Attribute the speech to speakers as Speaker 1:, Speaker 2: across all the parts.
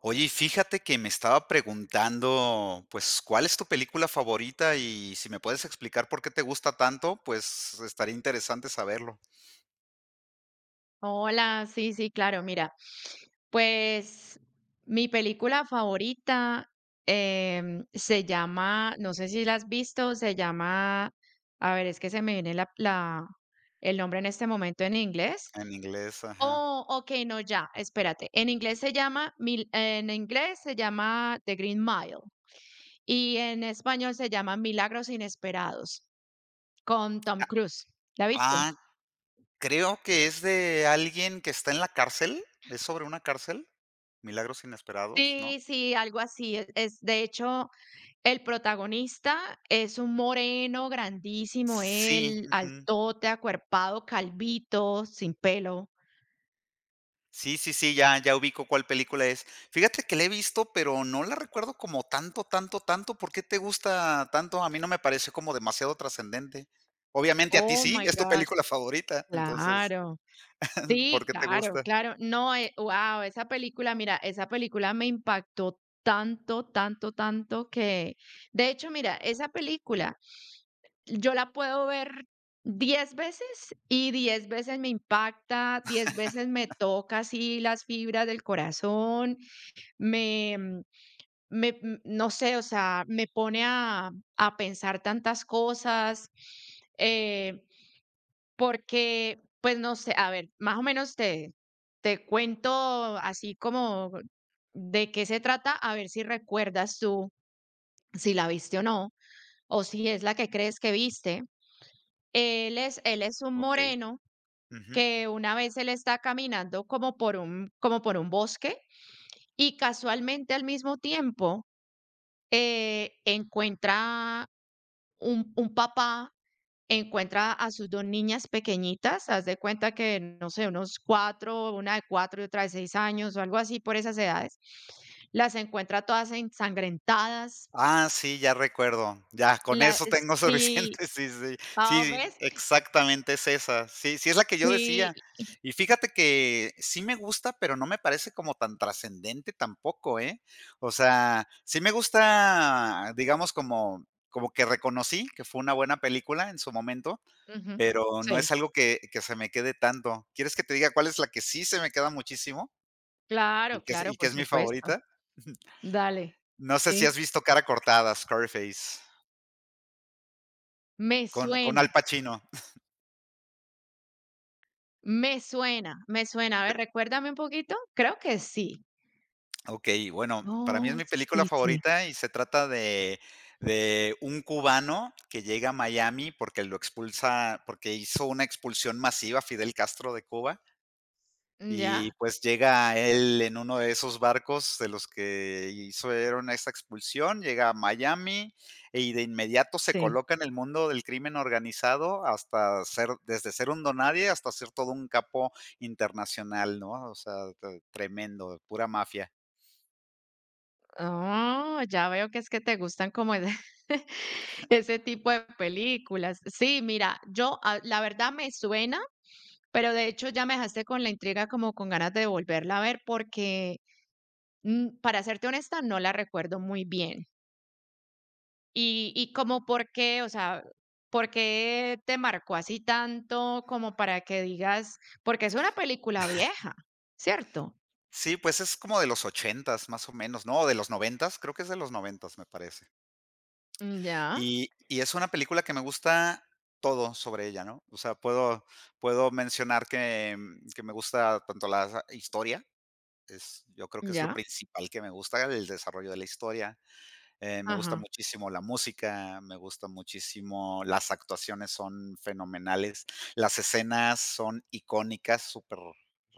Speaker 1: Oye, y fíjate que me estaba preguntando, pues, ¿cuál es tu película favorita? Y si me puedes explicar por qué te gusta tanto, pues estaría interesante saberlo.
Speaker 2: Hola, sí, sí, claro, mira, pues mi película favorita se llama, no sé si la has visto, se llama, a ver, es que se me viene el nombre en este momento en inglés.
Speaker 1: En inglés, ajá.
Speaker 2: Oh, ok, no, ya, espérate. En inglés se llama, en inglés se llama The Green Mile y en español se llama Milagros Inesperados con Tom
Speaker 1: Ah,
Speaker 2: Cruise. ¿La viste?
Speaker 1: ah, creo que es de alguien que está en la cárcel. ¿Es sobre una cárcel? Milagros inesperados, ¿no?
Speaker 2: Sí, sí, algo así. De hecho, el protagonista es un moreno grandísimo
Speaker 1: Sí,
Speaker 2: él,
Speaker 1: ujú.
Speaker 2: altote, acuerpado, calvito, sin pelo.
Speaker 1: Sí, sí, sí, ya ubico cuál película es. Fíjate que la he visto, pero no la recuerdo como tanto, tanto, tanto. ¿Por qué te gusta tanto? A mí no me pareció como demasiado trascendente. Obviamente a ti
Speaker 2: Oh
Speaker 1: sí,
Speaker 2: my
Speaker 1: es tu
Speaker 2: gosh,
Speaker 1: película favorita, entonces,
Speaker 2: claro.
Speaker 1: ¿por
Speaker 2: Sí,
Speaker 1: qué te
Speaker 2: claro,
Speaker 1: gusta?
Speaker 2: claro. No, wow, esa película, mira, esa película me impactó tanto, tanto, tanto que, de hecho, mira, esa película yo la puedo ver 10 veces, y 10 veces me impacta, 10 veces me toca así las fibras del corazón. Me mm, no sé, o sea, me pone a pensar tantas cosas, eh, porque, pues, no sé, a ver, más o menos te cuento así como de qué se trata, a ver si recuerdas tú si la viste o no, o si es la que crees que viste. Él es un
Speaker 1: Okey.
Speaker 2: moreno que una vez él está caminando como por un bosque y casualmente al mismo tiempo encuentra un papá, encuentra a sus dos niñas pequeñitas, haz de cuenta que, no sé, una de cuatro y otra de seis años o algo así por esas edades, las encuentra todas ensangrentadas,
Speaker 1: Ah, sí, ya recuerdo. Ya, con
Speaker 2: la,
Speaker 1: eso tengo
Speaker 2: sí,
Speaker 1: suficiente. Sí, sí.
Speaker 2: ah,
Speaker 1: Sí,
Speaker 2: ¿ves?
Speaker 1: exactamente es esa. Sí, sí es la que yo
Speaker 2: Sí,
Speaker 1: decía. Y fíjate que sí me gusta, pero no me parece como tan trascendente tampoco, ¿eh? O sea, sí me gusta, digamos, como como que reconocí que fue una buena película en su momento,
Speaker 2: ujú,
Speaker 1: pero no es
Speaker 2: sí,
Speaker 1: algo que se me quede tanto. ¿Quieres que te diga cuál es la que sí se me queda muchísimo y
Speaker 2: claro,
Speaker 1: que es
Speaker 2: claro,
Speaker 1: y que
Speaker 2: por
Speaker 1: es mi
Speaker 2: supuesto,
Speaker 1: favorita?
Speaker 2: dale,
Speaker 1: No sé si
Speaker 2: sí,
Speaker 1: has visto Cara cortada, Scarface.
Speaker 2: me
Speaker 1: Con
Speaker 2: suena,
Speaker 1: Al Pacino.
Speaker 2: me suena, me suena, a ver, recuérdame un poquito, creo que sí,
Speaker 1: Ok, bueno, para mí es
Speaker 2: oh,
Speaker 1: mi película
Speaker 2: sí, sí.
Speaker 1: favorita y se trata de un cubano que llega a Miami porque lo expulsa, porque hizo una expulsión masiva a Fidel Castro de Cuba.
Speaker 2: ¿Ya?
Speaker 1: Y, pues, llega él en uno de esos barcos de los que hicieron esa expulsión, llega a Miami y de inmediato se
Speaker 2: Sí.
Speaker 1: coloca en el mundo del crimen organizado hasta ser desde ser un donadie hasta ser todo un capo internacional, ¿no? O sea, te tremendo, pura mafia.
Speaker 2: Oh, ya veo que es que te gustan como ese ese tipo de películas. Sí, mira, yo, la verdad me suena, pero de hecho ya me dejaste con la intriga, como con ganas de volverla a ver, porque, para serte honesta, no la recuerdo muy bien. Y como por qué, o sea, ¿por qué te marcó así tanto como para que digas? Porque es una película vieja, ¿cierto?
Speaker 1: Sí, pues, es como de los ochentas, más o menos, no, de los noventas, creo que es de los noventas, me parece.
Speaker 2: Mm, ya,
Speaker 1: Y es una película que me gusta todo sobre ella, ¿no? O sea, puedo mencionar que, que me gusta tanto la sa historia, es yo creo que es lo
Speaker 2: ya,
Speaker 1: principal que me gusta, el desarrollo de la historia, me gusta
Speaker 2: ajá,
Speaker 1: muchísimo la música, me gusta muchísimo las actuaciones son fenomenales, las escenas son icónicas, súper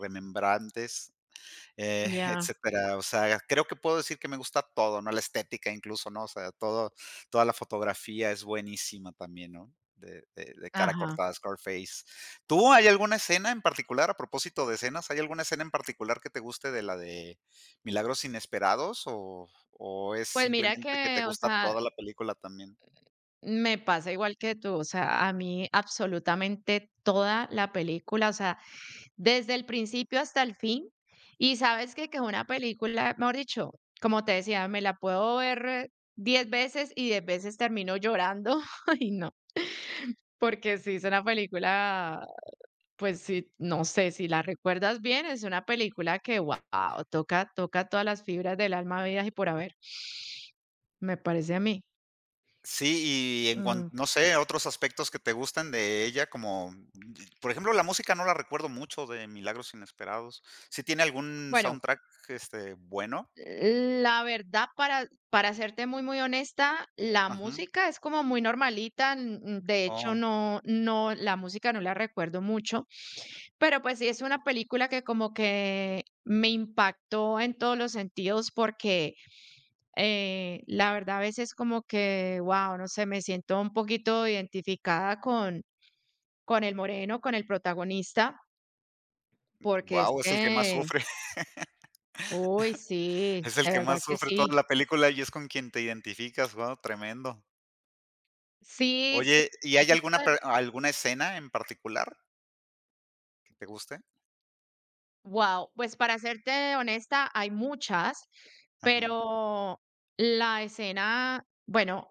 Speaker 1: remembrantes
Speaker 2: ya,
Speaker 1: etcétera. O sea, creo que puedo decir que me gusta todo, ¿no? La estética incluso, ¿no? O sea, todo, toda la fotografía es buenísima también, ¿no? De cara
Speaker 2: ajá.
Speaker 1: cortada, Scarface. ¿Tú hay alguna escena en particular, a propósito de escenas, hay alguna escena en particular que te guste de la de Milagros Inesperados o es
Speaker 2: Pues mira
Speaker 1: simplemente que te
Speaker 2: que, o
Speaker 1: gusta
Speaker 2: sea,
Speaker 1: toda la película también?
Speaker 2: me pasa igual que tú, o sea, a mí absolutamente toda la película, o sea, desde el principio hasta el fin, y sabes que es una película, mejor dicho, como te decía, me la puedo ver 10 veces y 10 veces termino llorando, y no, porque sí es una película, pues sí, no sé, si la recuerdas bien, es una película que, wow, toca, toca todas las fibras del alma, vidas y por haber, me parece a mí.
Speaker 1: Sí, y en cuan
Speaker 2: Mm.
Speaker 1: no sé, otros aspectos que te gustan de ella, como, por ejemplo, la música no la recuerdo mucho de Milagros Inesperados. ¿Sí tiene algún
Speaker 2: Bueno,
Speaker 1: soundtrack, este, bueno?
Speaker 2: la verdad, para serte muy, muy honesta, la
Speaker 1: Ujú.
Speaker 2: música es como muy normalita. De hecho,
Speaker 1: Oh,
Speaker 2: no, no, la música no la recuerdo mucho, pero pues sí es una película que como que me impactó en todos los sentidos porque la verdad a veces como que, wow, no sé, me siento un poquito identificada con el moreno, con el protagonista, porque es
Speaker 1: guau, es el que más
Speaker 2: que,
Speaker 1: sufre,
Speaker 2: uy, sí,
Speaker 1: es el
Speaker 2: de
Speaker 1: que
Speaker 2: verdad
Speaker 1: más
Speaker 2: que
Speaker 1: sufre toda
Speaker 2: sí.
Speaker 1: la película y es con quien te identificas, guau, tremendo.
Speaker 2: Sí, sí.
Speaker 1: Oye, ¿y hay alguna per alguna escena en particular que te guste?
Speaker 2: Wow, pues para serte honesta, hay muchas,
Speaker 1: Ajá.
Speaker 2: pero la escena, bueno,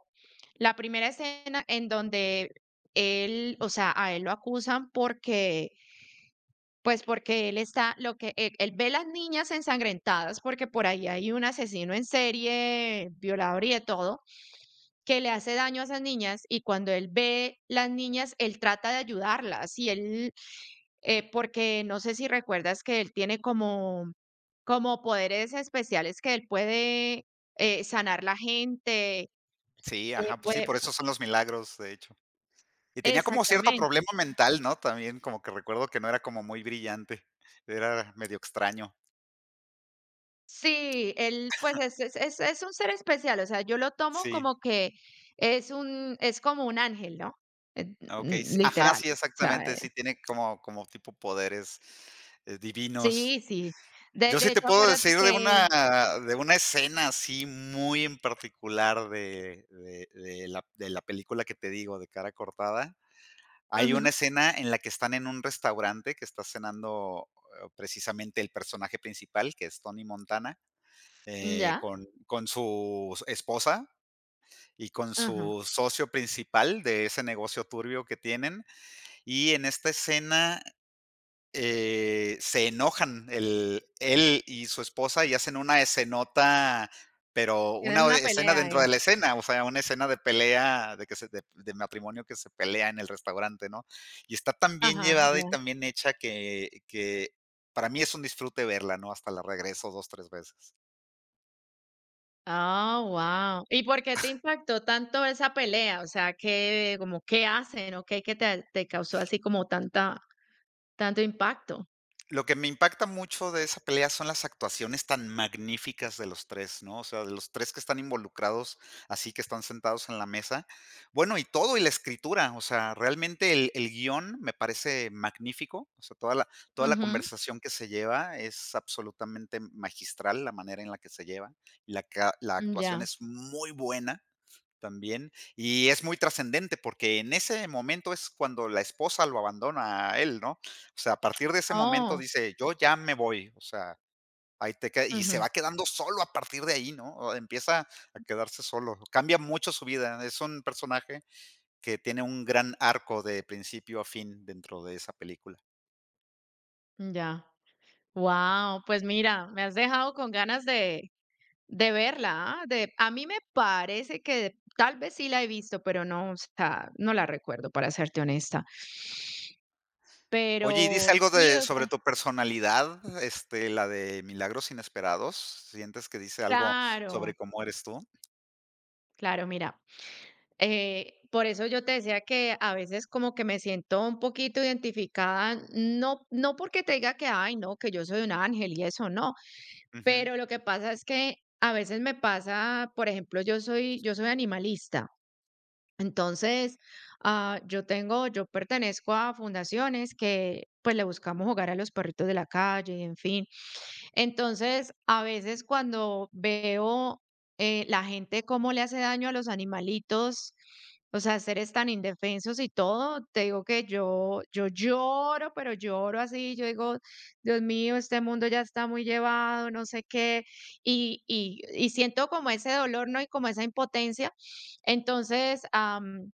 Speaker 2: la primera escena en donde él, o sea, a él lo acusan porque, pues porque él está, lo que él ve las niñas ensangrentadas, porque por ahí hay un asesino en serie, violador y de todo, que le hace daño a esas niñas, y cuando él ve las niñas, él trata de ayudarlas y él, porque no sé si recuerdas que él tiene como, como poderes especiales que él puede sanar la gente,
Speaker 1: Sí,
Speaker 2: eh,
Speaker 1: ajá, pues sí,
Speaker 2: puede,
Speaker 1: por eso son los milagros, de hecho. Y tenía como cierto problema
Speaker 2: exactamente.
Speaker 1: mental, ¿no? También como que recuerdo que no era como muy brillante, era medio extraño.
Speaker 2: Sí, él pues es un ser especial, o sea, yo lo tomo
Speaker 1: Sí,
Speaker 2: como que es un, es como un ángel, ¿no?
Speaker 1: okey, sí, ajá,
Speaker 2: Literal.
Speaker 1: sí,
Speaker 2: O sea,
Speaker 1: exactamente, sí tiene como como tipo poderes, divinos.
Speaker 2: sí, sí.
Speaker 1: Yo sí
Speaker 2: De
Speaker 1: te
Speaker 2: hecho,
Speaker 1: puedo
Speaker 2: acuérdate
Speaker 1: decir
Speaker 2: que
Speaker 1: de una escena así muy en particular de la de la película que te digo, de Cara cortada. Hay una
Speaker 2: él,
Speaker 1: escena en la que están en un restaurante que está cenando, precisamente el personaje principal, que es Tony Montana.
Speaker 2: mm, ya,
Speaker 1: Con su esposa y con
Speaker 2: ajá.
Speaker 1: su socio principal de ese negocio turbio que tienen. Y en esta escena, se enojan el él y su esposa y hacen una escenota, pero
Speaker 2: Tienen
Speaker 1: una
Speaker 2: una
Speaker 1: escena
Speaker 2: pelea
Speaker 1: dentro
Speaker 2: ahí.
Speaker 1: de la escena, o sea, una escena de pelea, de que se de matrimonio que se pelea en el restaurante, ¿no? Y está tan bien
Speaker 2: Ajá,
Speaker 1: llevada y
Speaker 2: ya.
Speaker 1: tan bien hecha que para mí es un disfrute verla, ¿no? Hasta la regreso 2 3 veces.
Speaker 2: Ah, wow. ¿Y por qué te impactó tanto esa pelea? O sea, ¿qué como qué hacen o qué que te causó así como tanta tanto impacto?
Speaker 1: Lo que me impacta mucho de esa pelea son las actuaciones tan magníficas de los 3, ¿no? O sea, de los 3 que están involucrados, así que están sentados en la mesa. Bueno, y todo, y la escritura, o sea, realmente el guión me parece magnífico, o sea, toda la
Speaker 2: Ujú,
Speaker 1: conversación que se lleva es absolutamente magistral la manera en la que se lleva, y la, ca- la actuación
Speaker 2: ya.
Speaker 1: es muy buena. También, y es muy trascendente porque en ese momento es cuando la esposa lo abandona a él, ¿no? O sea, a partir de ese momento
Speaker 2: Oh,
Speaker 1: dice: "Yo ya me voy", o sea, ahí te queda y se
Speaker 2: ujú,
Speaker 1: va quedando solo a partir de ahí, ¿no? O empieza a quedarse solo. Cambia mucho su vida. Es un personaje que tiene un gran arco de principio a fin dentro de esa película.
Speaker 2: mm, ya. Wow, pues mira, me has dejado con ganas de verla, de a mí me parece que tal vez sí la he visto, pero no, o sea, no la recuerdo, para serte honesta.
Speaker 1: Oye, y dice
Speaker 2: Pero
Speaker 1: algo
Speaker 2: sí,
Speaker 1: de
Speaker 2: o
Speaker 1: sobre
Speaker 2: sea,
Speaker 1: tu personalidad, este, la de Milagros Inesperados, ¿sientes que dice algo
Speaker 2: claro,
Speaker 1: sobre cómo eres tú?
Speaker 2: claro, mira, por eso yo te decía que a veces como que me siento un poquito identificada, no, no porque te diga que, ay, no, que yo soy un ángel y eso no,
Speaker 1: Ujú,
Speaker 2: pero lo que pasa es que a veces me pasa, por ejemplo, yo soy animalista, entonces yo tengo, yo pertenezco a fundaciones que pues le buscamos jugar a los perritos de la calle, en fin. Entonces, a veces cuando veo la gente cómo le hace daño a los animalitos, o sea, seres tan indefensos y todo, te digo que yo lloro, pero lloro así, yo digo, Dios mío, este mundo ya está muy llevado, no sé qué, y siento como ese dolor, ¿no? Y como esa impotencia. Entonces,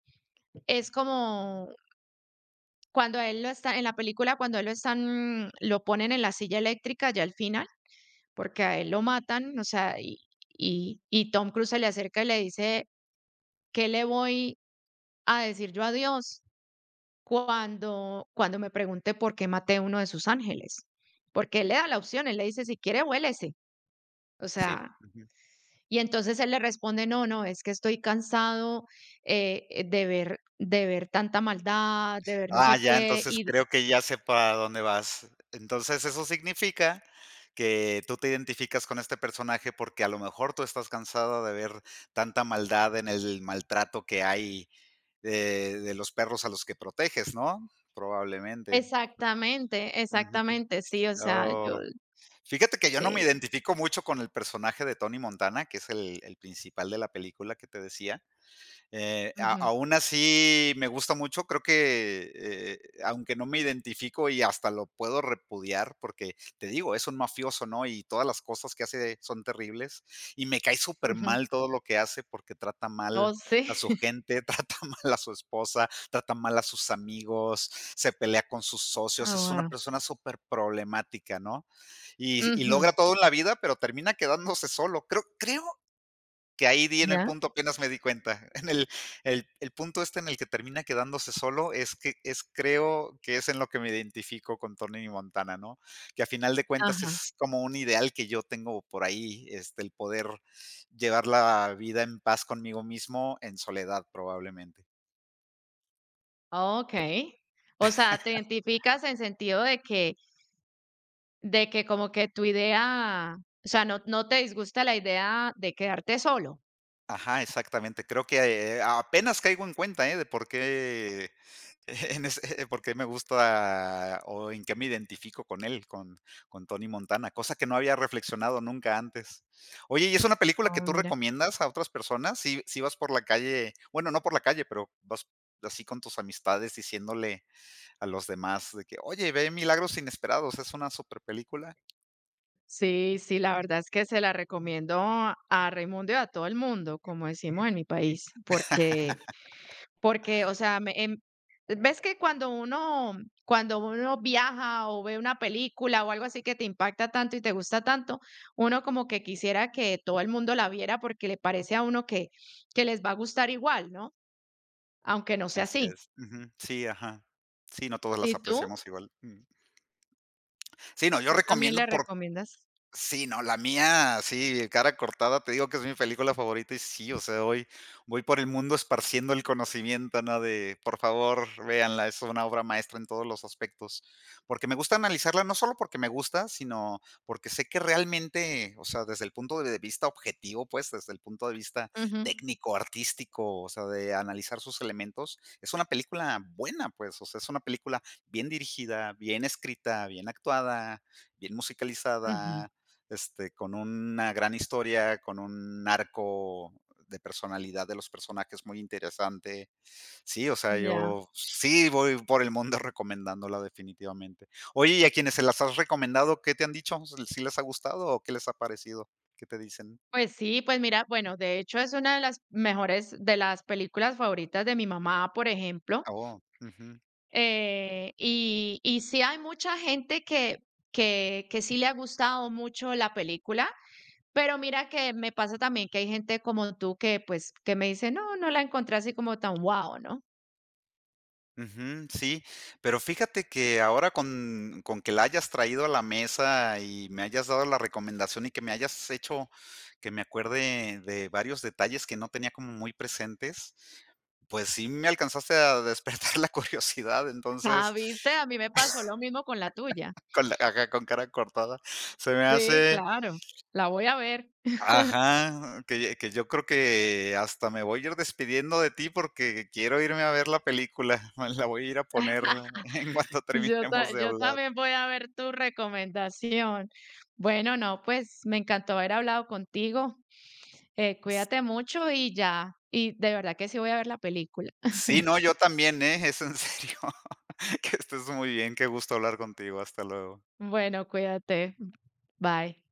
Speaker 2: es como cuando a él lo está, en la película, cuando a él lo están, lo ponen en la silla eléctrica, ya al final porque a él lo matan, o sea, y Tom Cruise se le acerca y le dice, ¿qué le voy a decir yo a Dios cuando, cuando me pregunte por qué maté uno de sus ángeles? Porque él le da la opción, él le dice, si quiere, vuélese. O
Speaker 1: sí.
Speaker 2: sea, y entonces él le responde, no, no, es que estoy cansado de ver tanta maldad, de ver no
Speaker 1: Ah,
Speaker 2: sé
Speaker 1: ya,
Speaker 2: qué,
Speaker 1: entonces creo que ya sé para dónde vas. Entonces, eso significa que tú te identificas con este personaje porque a lo mejor tú estás cansada de ver tanta maldad en el maltrato que hay de los perros a los que proteges, ¿no? Probablemente.
Speaker 2: exactamente,
Speaker 1: Ujú.
Speaker 2: exactamente, sí, o sea, yo,
Speaker 1: Oh, fíjate que yo no me
Speaker 2: sí,
Speaker 1: identifico mucho con el personaje de Tony Montana, que es el principal de la película que te decía. A
Speaker 2: ujú,
Speaker 1: aún así me gusta mucho, creo que, aunque no me identifico y hasta lo puedo repudiar, porque te digo, es un mafioso, ¿no? Y todas las cosas que hace son terribles, y me cae súper
Speaker 2: ujú.
Speaker 1: mal todo lo que hace porque trata
Speaker 2: Oh,
Speaker 1: mal a su
Speaker 2: sí.
Speaker 1: gente, trata mal a su esposa, trata mal a sus amigos, se pelea con sus socios, es una
Speaker 2: Ah,
Speaker 1: persona superproblemática, ¿no? Y logra
Speaker 2: ujú,
Speaker 1: todo en la vida, pero termina quedándose solo. Creo que ahí di en el
Speaker 2: ya,
Speaker 1: punto, apenas me di cuenta. En el el punto este en el que termina quedándose solo es creo que es en lo que me identifico con Tony Montana, ¿no? Que a final de cuentas
Speaker 2: ajá,
Speaker 1: es como un ideal que yo tengo por ahí, este, el poder llevar la vida en paz conmigo mismo en soledad, probablemente.
Speaker 2: okay, o sea, te identificas en sentido de que como que tu idea, o sea, no te disgusta la idea de quedarte solo.
Speaker 1: Ajá, exactamente. Creo que, apenas caigo en cuenta, ¿eh? De por qué en ese por qué me gusta o en qué me identifico con él, con Tony Montana, cosa que no había reflexionado nunca antes. Oye, ¿y es una película que
Speaker 2: Ah,
Speaker 1: tú
Speaker 2: mira.
Speaker 1: recomiendas a otras personas? Si si vas por la calle, bueno, no por la calle, pero vas así con tus amistades diciéndole a los demás de que: "Oye, ve Milagros Inesperados, es una super película".
Speaker 2: Sí, sí, la verdad es que se la recomiendo a Raimundo y a todo el mundo, como decimos en mi país, porque, porque, o sea, me em ves que cuando uno viaja o ve una película o algo así que te impacta tanto y te gusta tanto, uno como que quisiera que todo el mundo la viera porque le parece a uno que les va a gustar igual, ¿no? Aunque no sea
Speaker 1: Así
Speaker 2: así.
Speaker 1: es. Ujú. Sí, ajá. Sí, no todas las
Speaker 2: ¿Y tú?
Speaker 1: apreciamos igual. Mm. Sí, no, yo
Speaker 2: ¿Tú también
Speaker 1: recomiendo
Speaker 2: le
Speaker 1: por
Speaker 2: recomiendas?
Speaker 1: Sí, no, la mía, sí, Cara cortada, te digo que es mi película favorita y sí, o sea, hoy voy por el mundo esparciendo el conocimiento, ¿no? De, por favor, véanla, es una obra maestra en todos los aspectos, porque me gusta analizarla, no solo porque me gusta, sino porque sé que realmente, o sea, desde el punto de vista objetivo, pues, desde el punto de vista
Speaker 2: Ujú,
Speaker 1: técnico, artístico, o sea, de analizar sus elementos, es una película buena, pues, o sea, es una película bien dirigida, bien escrita, bien actuada, bien
Speaker 2: ujú,
Speaker 1: musicalizada este, con una gran historia, con un arco de personalidad de los personajes muy interesante. Sí, o sea,
Speaker 2: ya.
Speaker 1: yo sí voy por el mundo recomendándola definitivamente. Oye, y a quienes se las has recomendado, ¿qué te han dicho? ¿Si les ha gustado o qué les ha parecido? ¿Qué te dicen?
Speaker 2: Pues sí, pues mira, bueno, de hecho es una de las mejores de las películas favoritas de mi mamá, por ejemplo.
Speaker 1: Oh, ujú.
Speaker 2: Y sí hay mucha gente que sí le ha gustado mucho la película, pero mira que me pasa también que hay gente como tú que pues que me dice, no, no la encontré así como tan guau, ¿no?
Speaker 1: Ujú, sí, pero fíjate que ahora con que la hayas traído a la mesa y me hayas dado la recomendación y que me hayas hecho que me acuerde de varios detalles que no tenía como muy presentes, pues sí me alcanzaste a despertar la curiosidad,
Speaker 2: Ah,
Speaker 1: entonces,
Speaker 2: viste, a mí me pasó lo mismo con la tuya.
Speaker 1: con la ajá, con cara cortada. Se me
Speaker 2: Sí,
Speaker 1: hace
Speaker 2: claro, la voy a ver.
Speaker 1: ajá, que yo creo que hasta me voy a ir despidiendo de ti porque quiero irme a ver la película, la voy a ir a poner en cuanto
Speaker 2: Yo,
Speaker 1: terminemos de
Speaker 2: yo
Speaker 1: hablar.
Speaker 2: también voy a ver tu recomendación. Bueno, no, pues me encantó haber hablado contigo. Cuídate mucho y ya, y de verdad que sí voy a ver la película.
Speaker 1: Sí, no, yo también, ¿eh? Es en serio. Que estés muy bien, qué gusto hablar contigo. Hasta luego.
Speaker 2: Bueno, cuídate. Bye.